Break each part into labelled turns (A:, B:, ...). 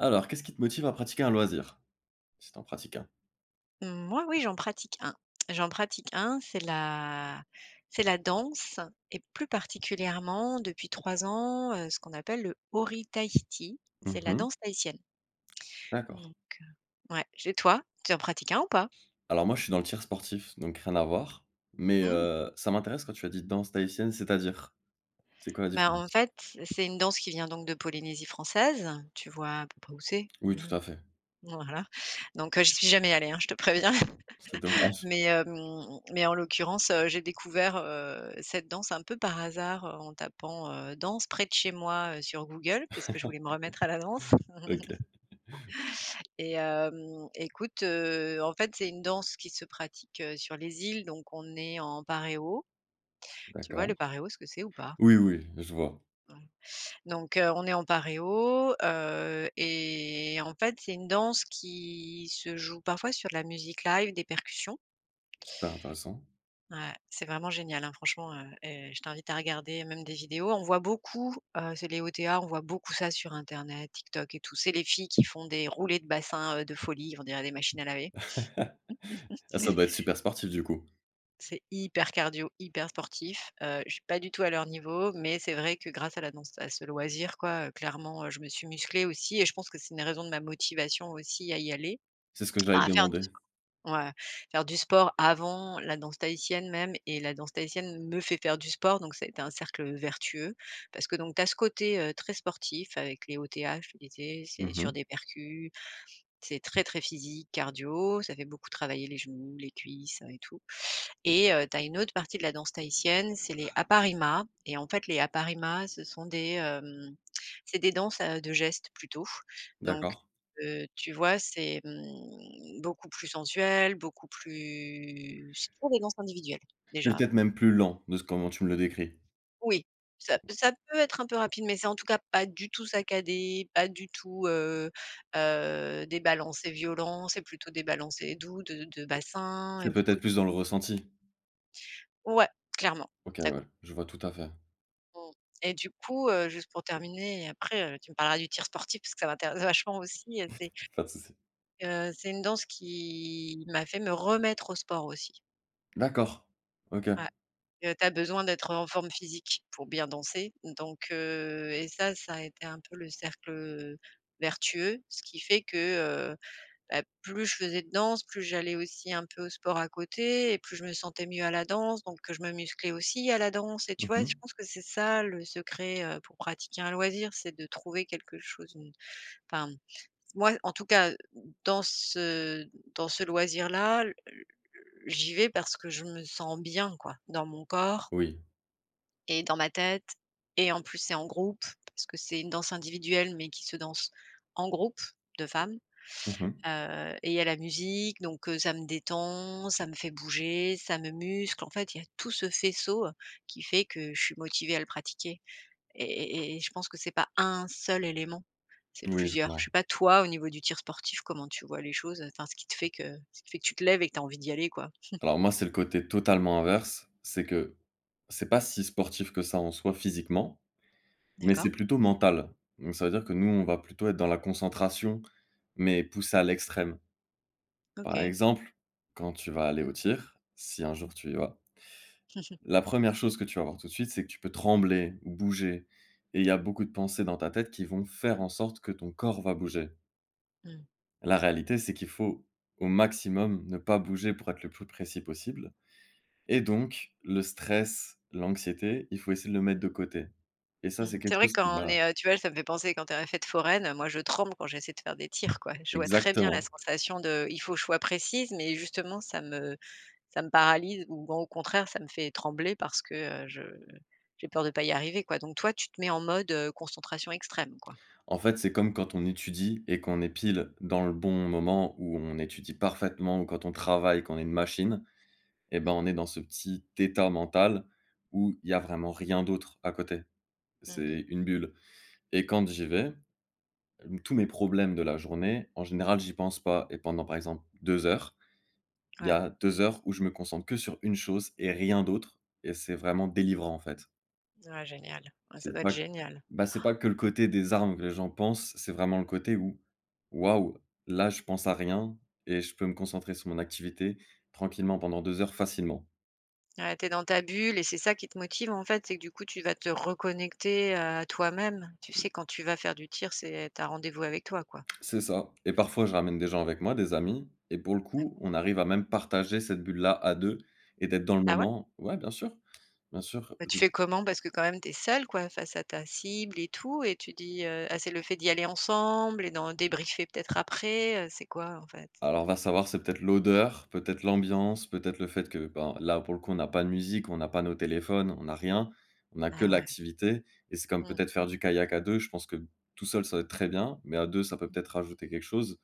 A: Alors, qu'est-ce qui te motive à pratiquer un loisir? Si t'en pratiques un?
B: Mmh. Moi, oui, j'en pratique un. J'en pratique un, c'est la danse et plus particulièrement depuis 3 ans, ce qu'on appelle le Hori Tahiti. C'est la
A: Mmh.
B: danse tahitienne.
A: D'accord.
B: Non. Ouais, et toi, tu en pratiques un ou pas?
A: Alors moi, je suis dans le tir sportif, donc rien à voir, mais
B: Mmh.
A: ça m'intéresse quand tu as dit danse tahitienne, c'est-à-dire? C'est quoi la
B: Bah, en
A: différence?
B: fait, c'est une danse qui vient donc de Polynésie française. Tu vois à peu près où c'est?
A: Oui,
B: Ouais,
A: tout à fait.
B: voilà. Donc, j'y suis jamais allée, hein, je te préviens.
A: C'est dommage.
B: Mais en l'occurrence, j'ai découvert, cette danse un peu par hasard, en tapant, danse près de chez moi, sur Google parce que je voulais me remettre à la danse
A: OK,
B: et hem, écoute, en fait, c'est une danse qui se pratique, sur les îles, donc on est en paréo. Tu vois
A: d'accord.
B: le paréo, ce que c'est ou pas?
A: Oui, oui, je vois.
B: Donc on est en paréo, et en fait, c'est une danse qui se joue parfois sur de la musique live, des percussions.
A: Super intéressant.
B: Ouais, c'est vraiment génial, hein, franchement, et je t'invite à regarder même des vidéos. On voit beaucoup, c'est les OTA, on voit beaucoup ça sur internet, TikTok et tout. C'est les filles qui font des roulés de bassin, de folie, on dirait des machines à laver.
A: Ah, ça doit être super sportif du coup.
B: C'est hyper cardio, hyper sportif. Je suis pas du tout à leur niveau, mais c'est vrai que grâce à la danse à ce loisir quoi, clairement, je me suis musclée aussi et je pense que c'est une raison de ma motivation aussi à y aller,
A: C'est ce que j'allais te
B: enfin à faire du.
A: demander.
B: Ouais, faire du sport avant la danse tahitienne même et la danse tahitienne me fait faire du sport, donc ça a été un cercle vertueux parce que donc tu as ce côté, très sportif avec les OTH, tu disais, c'est sur
A: Mmh.
B: des percus, c'est très, très physique, cardio, ça fait beaucoup travailler les genoux, les cuisses, et tout et tu as une autre partie de la danse tahitienne, c'est les aparimas et en fait, les aparimas, ce sont des, c'est des danses, de gestes plutôt. Donc
A: D'accord.
B: tu vois, c'est, beaucoup plus sensuel, beaucoup plus c'est toujours des danses individuelles,
A: C'est
B: déjà.
A: peut-être même plus lent de ce comment tu me le décris.
B: Oui, ça peut être un peu rapide, mais c'est en tout cas pas du tout saccadé, pas du tout, des balancés violents, c'est plutôt des balancés doux de bassin et
A: C'est
B: beaucoup
A: peut-être plus dans le ressenti?
B: ouais, clairement.
A: OK, ouais, je vois tout à fait.
B: Mmh et du coup, juste pour terminer et après, tu me parleras du tir sportif parce que ça m'intéresse vachement aussi,
A: Pas de souci.
B: c'est une danse qui m'a fait me remettre au sport aussi.
A: D'accord. OK.
B: Ouais, tu as besoin d'être en forme physique pour bien danser donc et ça a été un peu le cercle, vertueux, ce qui fait que, heu bah, plus je faisais de danse, plus j'allais aussi un peu au sport à côté et plus je me sentais mieux à la danse, donc je me musclais aussi à la danse et tu vois? Je
A: Mmh.
B: pense que c'est ça le secret, pour pratiquer un loisir, c'est de trouver quelque chose, une enfin, moi, en tout cas, dans ce dans ce loisir-là, l j'y vais parce que je me sens bien, quoi, dans mon corps
A: Oui.
B: et dans ma tête et en plus, c'est en groupe parce que c'est une danse individuelle mais qui se danse en groupe de femmes.
A: Mmh.
B: Heu et il y a la musique, donc ça me détend, ça me fait bouger, ça me muscle. En fait, il y a tout ce faisceau, qui fait que je suis motivée à le pratiquer et je pense que c'est pas un seul élément, c'est
A: Oui, je
B: plusieurs. Je
A: vois.
B: sais pas toi, au niveau du tir sportif, comment tu vois les choses? Enfin, ce qui fait que tu te lèves et que tu as envie d'y aller, quoi?
A: Alors moi, c'est le côté totalement inverse, c'est que c'est pas si sportif que ça en soi physiquement, mais
B: D'accord,
A: c'est plutôt mental. Donc ça veut dire que nous, on va plutôt être dans la concentration, mais poussée à l'extrême. Par
B: OK.
A: exemple, quand tu vas aller au tir, si un jour tu y vas, la première chose que tu vas voir tout de suite, c'est que tu peux trembler, ou bouger et il y a beaucoup de pensées dans ta tête qui vont faire en sorte que ton corps va bouger.
B: Mmh mh.
A: La réalité, c'est qu'il faut, au maximum, ne pas bouger pour être le plus précis possible. Et donc, le stress, l'anxiété, il faut essayer de le mettre de côté. Et ça, c'est
B: C'est
A: quelque
B: vrai que
A: chose qui
B: quand on
A: va.
B: est, tu vois, ça me fait penser quand t'es es en fête foraine, moi je tremble quand j'essaie de faire des tirs, quoi. Je vois très bien la
A: Exactement.
B: sensation de il faut choix je précise, mais justement ça me. Ça me paralyse ou bon, au contraire, ça me fait trembler parce que, je j'ai peur de pas y arriver, quoi. Donc toi, tu te mets en mode, concentration extrême, quoi?
A: En fait, c'est comme quand on étudie et qu'on est pile dans le bon moment où on étudie parfaitement ou quand on travaille, qu'on est une machine, et ben,
B: Mmh.
A: on est dans ce petit état mental où il y a vraiment rien d'autre à côté.
B: Mmh.
A: C'est une bulle. Et quand j'y vais, tous mes problèmes de la journée, en général, j'y pense pas. Et pendant, par exemple, 2 heures. Il y
B: Ouais.
A: a 2 heures où je me concentre que sur une chose et rien d'autre et c'est vraiment délivrant, en fait.
B: Ouais, génial. Ouais, ça
A: C'est
B: doit être
A: pas
B: génial.
A: bah, c'est pas que le côté des armes que les gens pensent, c'est vraiment le côté où: «Waouh, là, je pense à rien et je peux me concentrer sur mon activité tranquillement pendant 2 heures facilement».
B: Ouais, tu dans ta bulle et c'est ça qui te motive, en fait, c'est que du coup, tu vas te reconnecter à toi-même. Tu sais, quand tu vas faire du tir, c'est t'as rendez-vous avec toi, quoi.
A: C'est ça et parfois, je ramène des gens avec moi, des amis et pour le coup,
B: D'accord.
A: on arrive à même partager cette bulle-là à 2 et d'être dans le
B: Ah ouais?
A: moment. Ouais, bien sûr, bien sûr.
B: Bah, tu fais comment? Parce que quand même, t'es seul quoi, face à ta cible et tout et tu dis, ah, c'est le fait d'y aller ensemble et d'en débriefer peut-être après, c'est quoi, en fait?
A: Alors, va savoir, c'est peut-être l'odeur, peut-être l'ambiance, peut-être le fait que, ben, là, pour le coup, on n'a pas de musique, on n'a pas nos téléphones, on n'a rien, on n'a que
B: Ah ouais.
A: l'activité et c'est comme
B: Mmh.
A: peut-être faire du kayak à 2. Je pense que tout seul, ça va être très bien, mais à 2, ça peut peut-être rajouter quelque chose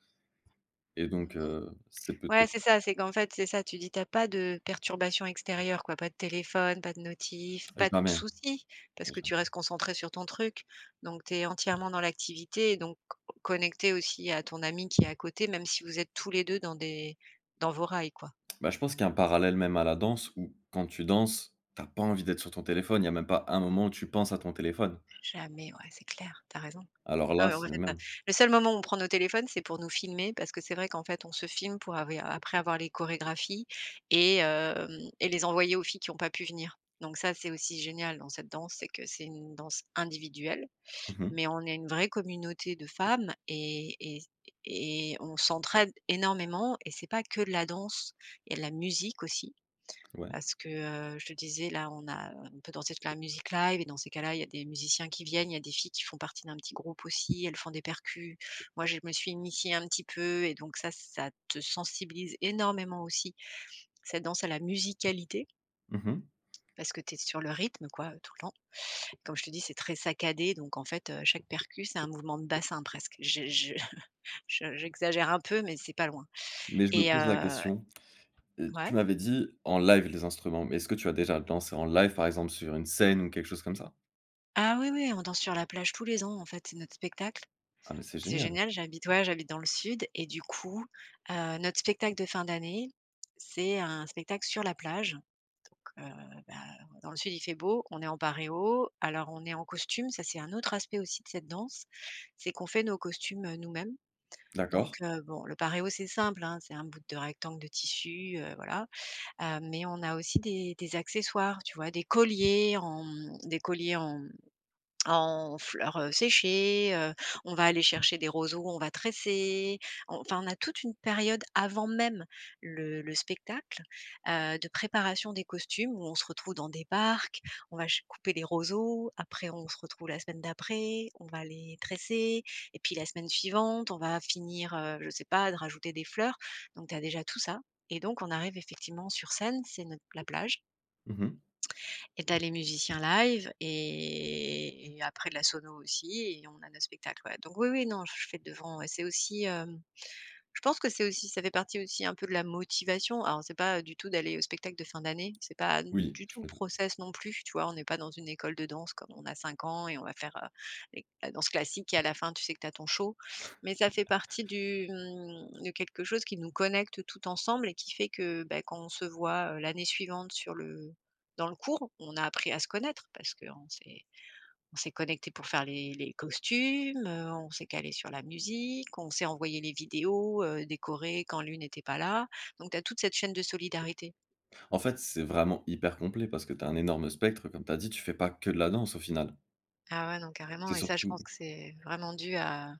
A: et donc
B: Mmh.
A: c'est
B: Ouais,
A: peut-être
B: c'est ça, c'est qu'en fait, c'est ça, tu dis t'as pas de perturbations extérieures quoi, pas de téléphone, pas de notif, pas de
A: jamais,
B: soucis, parce que
A: jamais.
B: tu restes concentré sur ton truc. Donc tu es entièrement dans l'activité et donc connecté aussi à ton ami qui est à côté, même si vous êtes tous les 2 dans des dans vos rails, quoi.
A: Bah, je pense qu'il y a un parallèle même à la danse où quand tu danses, t'as pas envie d'être sur ton téléphone, il y a même pas un moment où tu penses à ton téléphone.
B: Jamais, ouais, c'est clair, t'as raison.
A: Alors
B: Non,
A: là,
B: mais en
A: c'est le
B: fait,
A: même.
B: le seul moment où on prend nos téléphones, c'est pour nous filmer parce que c'est vrai qu'en fait, on se filme pour avoir après avoir les chorégraphies et hem et les envoyer aux filles qui ont pas pu venir. Donc ça, c'est aussi génial dans cette danse, c'est que c'est une danse individuelle,
A: Mmh.
B: mais on est une vraie communauté de femmes et on s'entraide énormément et c'est pas que de la danse, il y a de la musique aussi.
A: Ouais.
B: Parce que, je te disais là, on peut danser toute la musique live et dans ces cas-là, il y a des musiciens qui viennent, il y a des filles qui font partie d'un petit groupe aussi, elles font des percus. Moi, je me suis initiée un petit peu et donc ça te sensibilise énormément aussi, cette danse à la musicalité,
A: Mmh.
B: parce que tu es sur le rythme quoi, tout le temps. Comme je te dis, c'est très saccadé donc en fait, chaque percu, c'est un mouvement de bassin presque. Je je j'exagère un peu mais c'est pas loin
A: Mais je me
B: et
A: pose la
B: heu
A: question.
B: ouais.
A: Tu m'avais dit en live les instruments, mais est-ce que tu as déjà dansé en live, par exemple, sur une scène ou quelque chose comme ça?
B: Ah oui, oui, on danse sur la plage tous les ans en fait, c'est notre spectacle.
A: Ah, mais c'est
B: C'est
A: génial.
B: génial, j'habite ouais, j'habite dans le sud et du coup, notre spectacle de fin d'année, c'est un spectacle sur la plage. Donc bah, dans le sud, il fait beau, on est en paréo, alors on est en costume, ça c'est un autre aspect aussi de cette danse, c'est qu'on fait nos costumes, nous-mêmes. Donc
A: D'accord.
B: bon, le paréo, c'est simple, hein, c'est un bout de rectangle de tissu, voilà, mais on a aussi des accessoires, tu vois? Des colliers en, des colliers en en fleurs, séchées, on va aller chercher des roseaux, on va tresser. En enfin, on a toute une période avant même le spectacle, de préparation des costumes où on se retrouve dans des barques, on va ch couper les roseaux, après on se retrouve la semaine d'après, on va les tresser et puis la semaine suivante, on va finir, je sais pas, de rajouter des fleurs. Donc tu as déjà tout ça et donc on arrive effectivement sur scène, c'est notre la plage
A: Mmh.
B: et tu as les musiciens live et après de la sono aussi et on a nos spectacles ouais. Donc oui, oui, non, je fais devant, ouais. C'est aussi, hem je pense que c'est aussi ça fait partie aussi un peu de la motivation. Alors c'est pas, du tout d'aller au spectacle de fin d'année, c'est pas
A: Oui,
B: du
A: je
B: tout le
A: me doute.
B: process non plus, tu vois? On n'est pas dans une école de danse comme on a 5 ans et on va faire, les la danse classique et à la fin tu sais que tu as ton show. Mais ça fait partie du, de quelque chose qui nous connecte tout ensemble et qui fait que, bah, quand on se voit, l'année suivante sur le dans le cours, on a appris à se connaître parce qu'on s'est on s'est connecté pour faire les costumes, on s'est calé sur la musique, on s'est envoyé les vidéos, décorées quand l'une n'était pas là. Donc tu as toute cette chaîne de solidarité.
A: En fait, c'est vraiment hyper complet parce que tu as un énorme spectre, comme tu as dit, tu fais pas que de la danse au final.
B: Ah ouais, non, carrément.
A: C'est
B: Et ça, je
A: surtout
B: pense que c'est vraiment dû à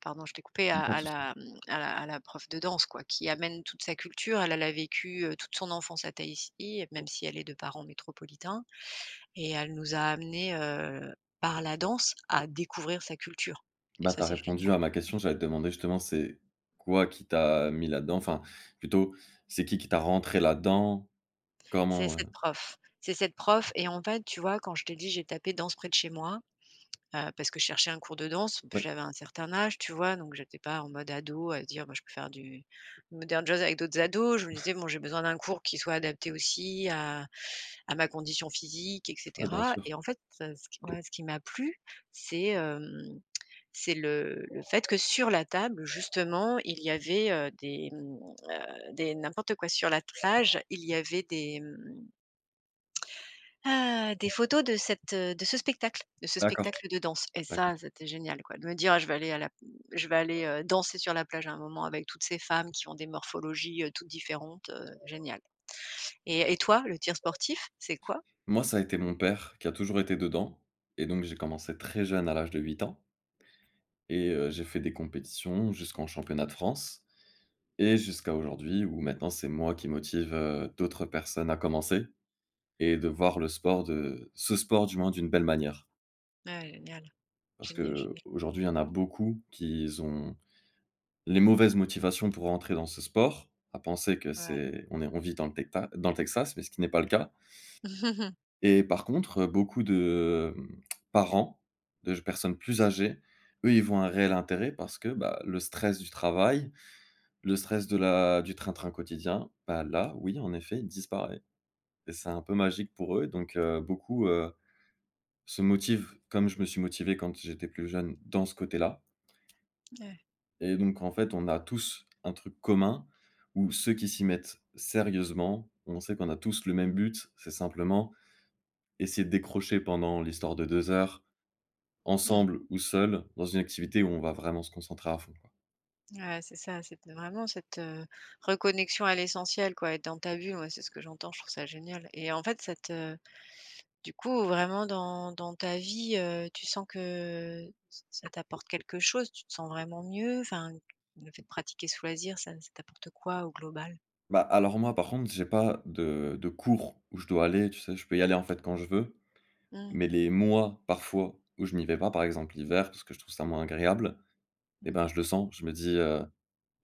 B: pardon, je t'ai coupé,
A: pas de
B: à
A: souci.
B: la, mmh, à la prof de danse, quoi, qui amène toute sa culture. Elle, elle a vécu, toute son enfance à Tahiti, même si elle est de parents métropolitains et elle nous a amenés, par la danse à découvrir sa culture et
A: Bah,
B: ça,
A: t'as
B: c'est génial.
A: répondu à ma question, j'allais te demander justement c'est quoi qui t'a mis là-dedans? Enfin, plutôt, c'est qui t'a rentré là-dedans?
B: C'est
A: Comment?
B: cette prof. C'est cette prof. Et en fait, tu vois, quand je t'ai dit, j'ai tapé danse près de chez moi, parce que je cherchais un cours de danse.
A: Ouais,
B: J'avais un certain âge, tu vois? Donc j'étais pas en mode ado à se dire: «Moi, je peux faire du modern jazz avec d'autres ados». Je me disais: «Bon, j'ai besoin d'un cours qui soit adapté aussi à ma condition physique et
A: ouais, bien
B: cetera».
A: sûr.
B: Et en fait, ce qui ce qui m'a plu, c'est, c'est le fait que sur la table, justement, il y avait, euh, des n'importe quoi. Sur la plage, il y avait des photos de cette, de ce spectacle, de ce
A: D'accord.
B: spectacle de danse. Et ça, c'était génial quoi, de me dire: ah, «Je vais aller à la je vais aller, danser sur la plage à un moment avec toutes ces femmes qui ont des morphologies, toutes différentes», génial. Et toi, le tir sportif, c'est quoi?
A: Moi, ça a été mon père qui a toujours été dedans et donc j'ai commencé très jeune à l'âge de 8 ans et j'ai fait des compétitions jusqu'en championnat de France et jusqu'à aujourd'hui où maintenant c'est moi qui motive, d'autres personnes à commencer et de voir le sport de ce sport du moins d'une belle manière.
B: Ah génial,
A: Parce
B: génial,
A: que
B: génial.
A: aujourd'hui, il y en a beaucoup qui ont les mauvaises motivations pour rentrer dans ce sport, à penser que
B: Ouais.
A: c'est on est on vit dans le tecta dans le Texas, mais ce qui n'est pas le cas. Et par contre, beaucoup de, parents, de personnes plus âgées, eux, ils voient un réel intérêt parce que, bah, le stress du travail, le stress de la du train-train quotidien, bah, là, oui, en effet, il disparaît et c'est un peu magique pour eux donc beaucoup, se motivent comme je me suis motivé quand j'étais plus jeune dans ce côté-là
B: Ouais.
A: et donc en fait, on a tous un truc commun où ceux qui s'y mettent sérieusement, on sait qu'on a tous le même but, c'est simplement essayer de décrocher pendant l'histoire de 2 heures.
B: Mmh.
A: Ensemble ou seul, dans une activité où on va vraiment se concentrer à fond, quoi.
B: Ouais, c'est ça, c'est vraiment cette, reconnexion à l'essentiel quoi, être dans ta bulle, moi c'est ce que j'entends, je trouve ça génial. Et en fait cette du coup, vraiment dans ta vie, tu sens que ç ça t'apporte quelque chose? Tu te sens vraiment mieux? Enfin, le fait de pratiquer ce loisir, ça t'apporte quoi au global?
A: Bah, alors moi, par contre, j'ai pas de cours où je dois aller, tu sais? Je peux y aller, en fait, quand je veux,
B: Mmh.
A: mais les mois, parfois, où je n'y vais pas, par exemple l'hiver, parce que je trouve ça moins agréable et
B: Mmh.
A: ben, je le sens. Je me dis: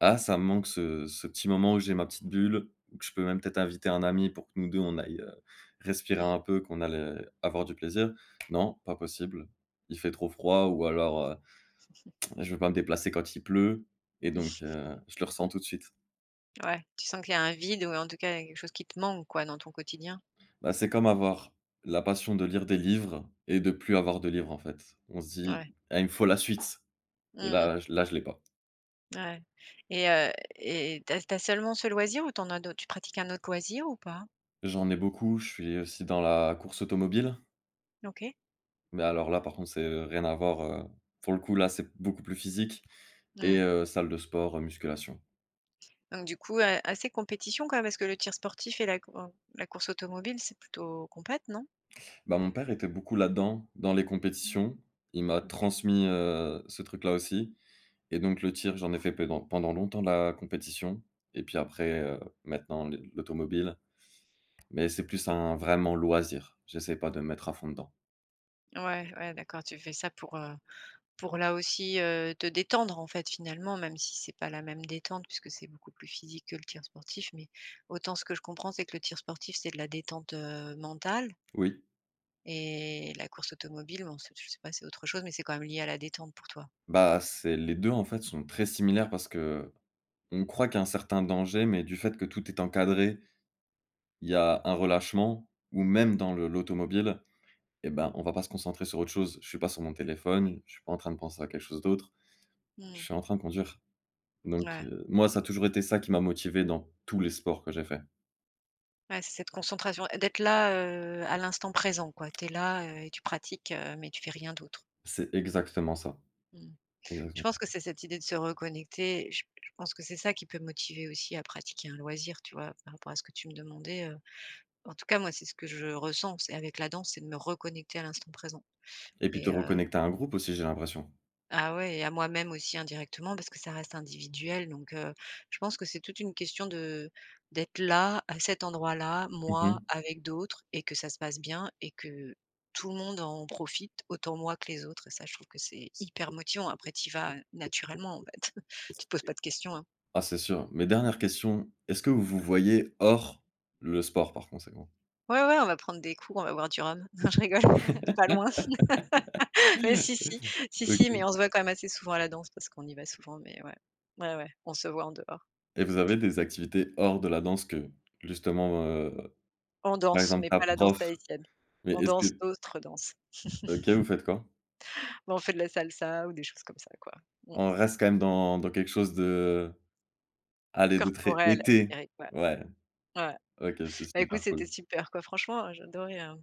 A: «Ah, ça me manque ce petit moment où j'ai ma petite bulle, où que je peux même peut-être inviter un ami pour que nous 2 on aille, respirer un
B: Mmh,
A: peu, qu'on allait avoir du plaisir». Non, pas possible. Il fait trop froid ou alors, ouais, je veux pas me déplacer quand il pleut et donc je le ressens tout de suite.
B: ouais, tu sens qu'il y a un vide ou en tout cas, quelque chose qui te manque quoi, dans ton quotidien?
A: Bah, c'est comme avoir la passion de lire des livres et de plus avoir de livres, en fait. On se dit:
B: Ouais.
A: «Ah, il me faut la suite» et
B: Mmh,
A: là, je l'ai pas.
B: ouais. Et et tu as seulement ce loisir ou t'en as d'autres? Tu pratiques un autre loisir ou pas?
A: J'en ai beaucoup, je suis aussi dans la course automobile,
B: OK.
A: mais alors là, par contre, c'est, rien à voir, pour le coup, là, c'est beaucoup plus physique et
B: Mmh,
A: salle de sport, musculation.
B: donc du coup, assez compétition quand même, parce que le tir sportif et la cour la course automobile, c'est plutôt compète, non?
A: Bah, mon père était beaucoup là-dedans, dans les
B: Mmh.
A: compétitions. Il m'a
B: OK.
A: transmis, ce truc-là aussi. Et donc le tir, j'en ai fait pédant pendant longtemps la compétition et puis après, maintenant l'automobile, mais c'est plus un vraiment loisir. J'essaie pas de me mettre à fond dedans.
B: Ouais, ouais, d'accord, tu fais ça pour là aussi, te détendre en fait finalement, même si c'est pas la même détente puisque c'est beaucoup plus physique que le tir sportif. Mais autant ce que je comprends, c'est que le tir sportif, c'est de la détente, mentale
A: Oui,
B: et la course automobile, bon, c'est je sais pas, c'est autre chose, mais c'est quand même lié à la détente pour toi?
A: bah, c'est les deux en fait sont très similaires parce que on croit qu'il y a un certain danger, mais du fait que tout est encadré, il y a un relâchement ou même dans le l'automobile et ben, on va pas se concentrer sur autre chose. Je suis pas sur mon téléphone, je suis pas en train de penser à quelque chose d'autre, je
B: Mmh,
A: suis en train de conduire. Donc
B: ouais,
A: moi ça a toujours été ça qui m'a motivé dans tous les sports que j'ai fait.
B: ouais, c'est cette concentration, d'être là, à l'instant présent quoi. Tu es là, et tu pratiques, mais tu fais rien d'autre.
A: C'est
B: Mmh. Je
A: exactement
B: pense
A: ça
B: que c'est cette idée de se reconnecter. Je pense que c'est ça qui peut motiver aussi à pratiquer un loisir, tu vois? Par rapport à ce que tu me demandais, en tout cas, moi, c'est ce que je ressens, c'est avec la danse, c'est de me reconnecter à l'instant présent
A: et puis te
B: et
A: reconnecter à un groupe aussi, j'ai l'impression.
B: ah ouais et à moi-même aussi indirectement parce que ça reste individuel donc je pense que c'est toute une question de d'être là, à cet endroit-là,
A: Mmh
B: moi,
A: mh.
B: avec d'autres et que ça se passe bien et que tout le monde en profite, autant moi que les autres. Et ça je trouve que c'est hyper motivant. Après tu y vas, naturellement en fait. Tu te poses pas de questions, hein.
A: Ah, c'est sûr, mais dernière question, est-ce que vous vous voyez hors le sport par conséquent?
B: Ouais, ouais, on va prendre des coups, on va boire du rhum. Non je rigole, pas loin. Mais si, si, si, si, mais
A: OK.
B: on se voit quand même assez souvent à la danse parce qu'on y va souvent mais ouais. Ouais, ouais, on se voit en dehors.
A: Et vous avez des activités hors de la danse que justement,
B: On
A: par
B: danse,
A: exemple
B: mais
A: ta
B: pas la danse
A: prof
B: tahitienne.
A: mais
B: On
A: est-ce
B: danse
A: que
B: d'autres danses.
A: OK, vous faites quoi?
B: Bah, on fait de la salsa ou des choses comme ça, quoi. Mmh.
A: On reste quand même dans quelque chose de allez, de très
B: Corporelle,
A: été.
B: assez ouais.
A: Ouais,
B: Ouais.
A: OK, c'est
B: Bah, écoute,
A: super
B: c'était
A: cool.
B: super, quoi. Franchement, j'ai adoré,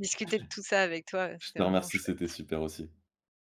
B: discuter de tout ça avec toi,
A: Je
B: c'était
A: te
B: vraiment
A: remercie,
B: chouette.
A: c'était super aussi.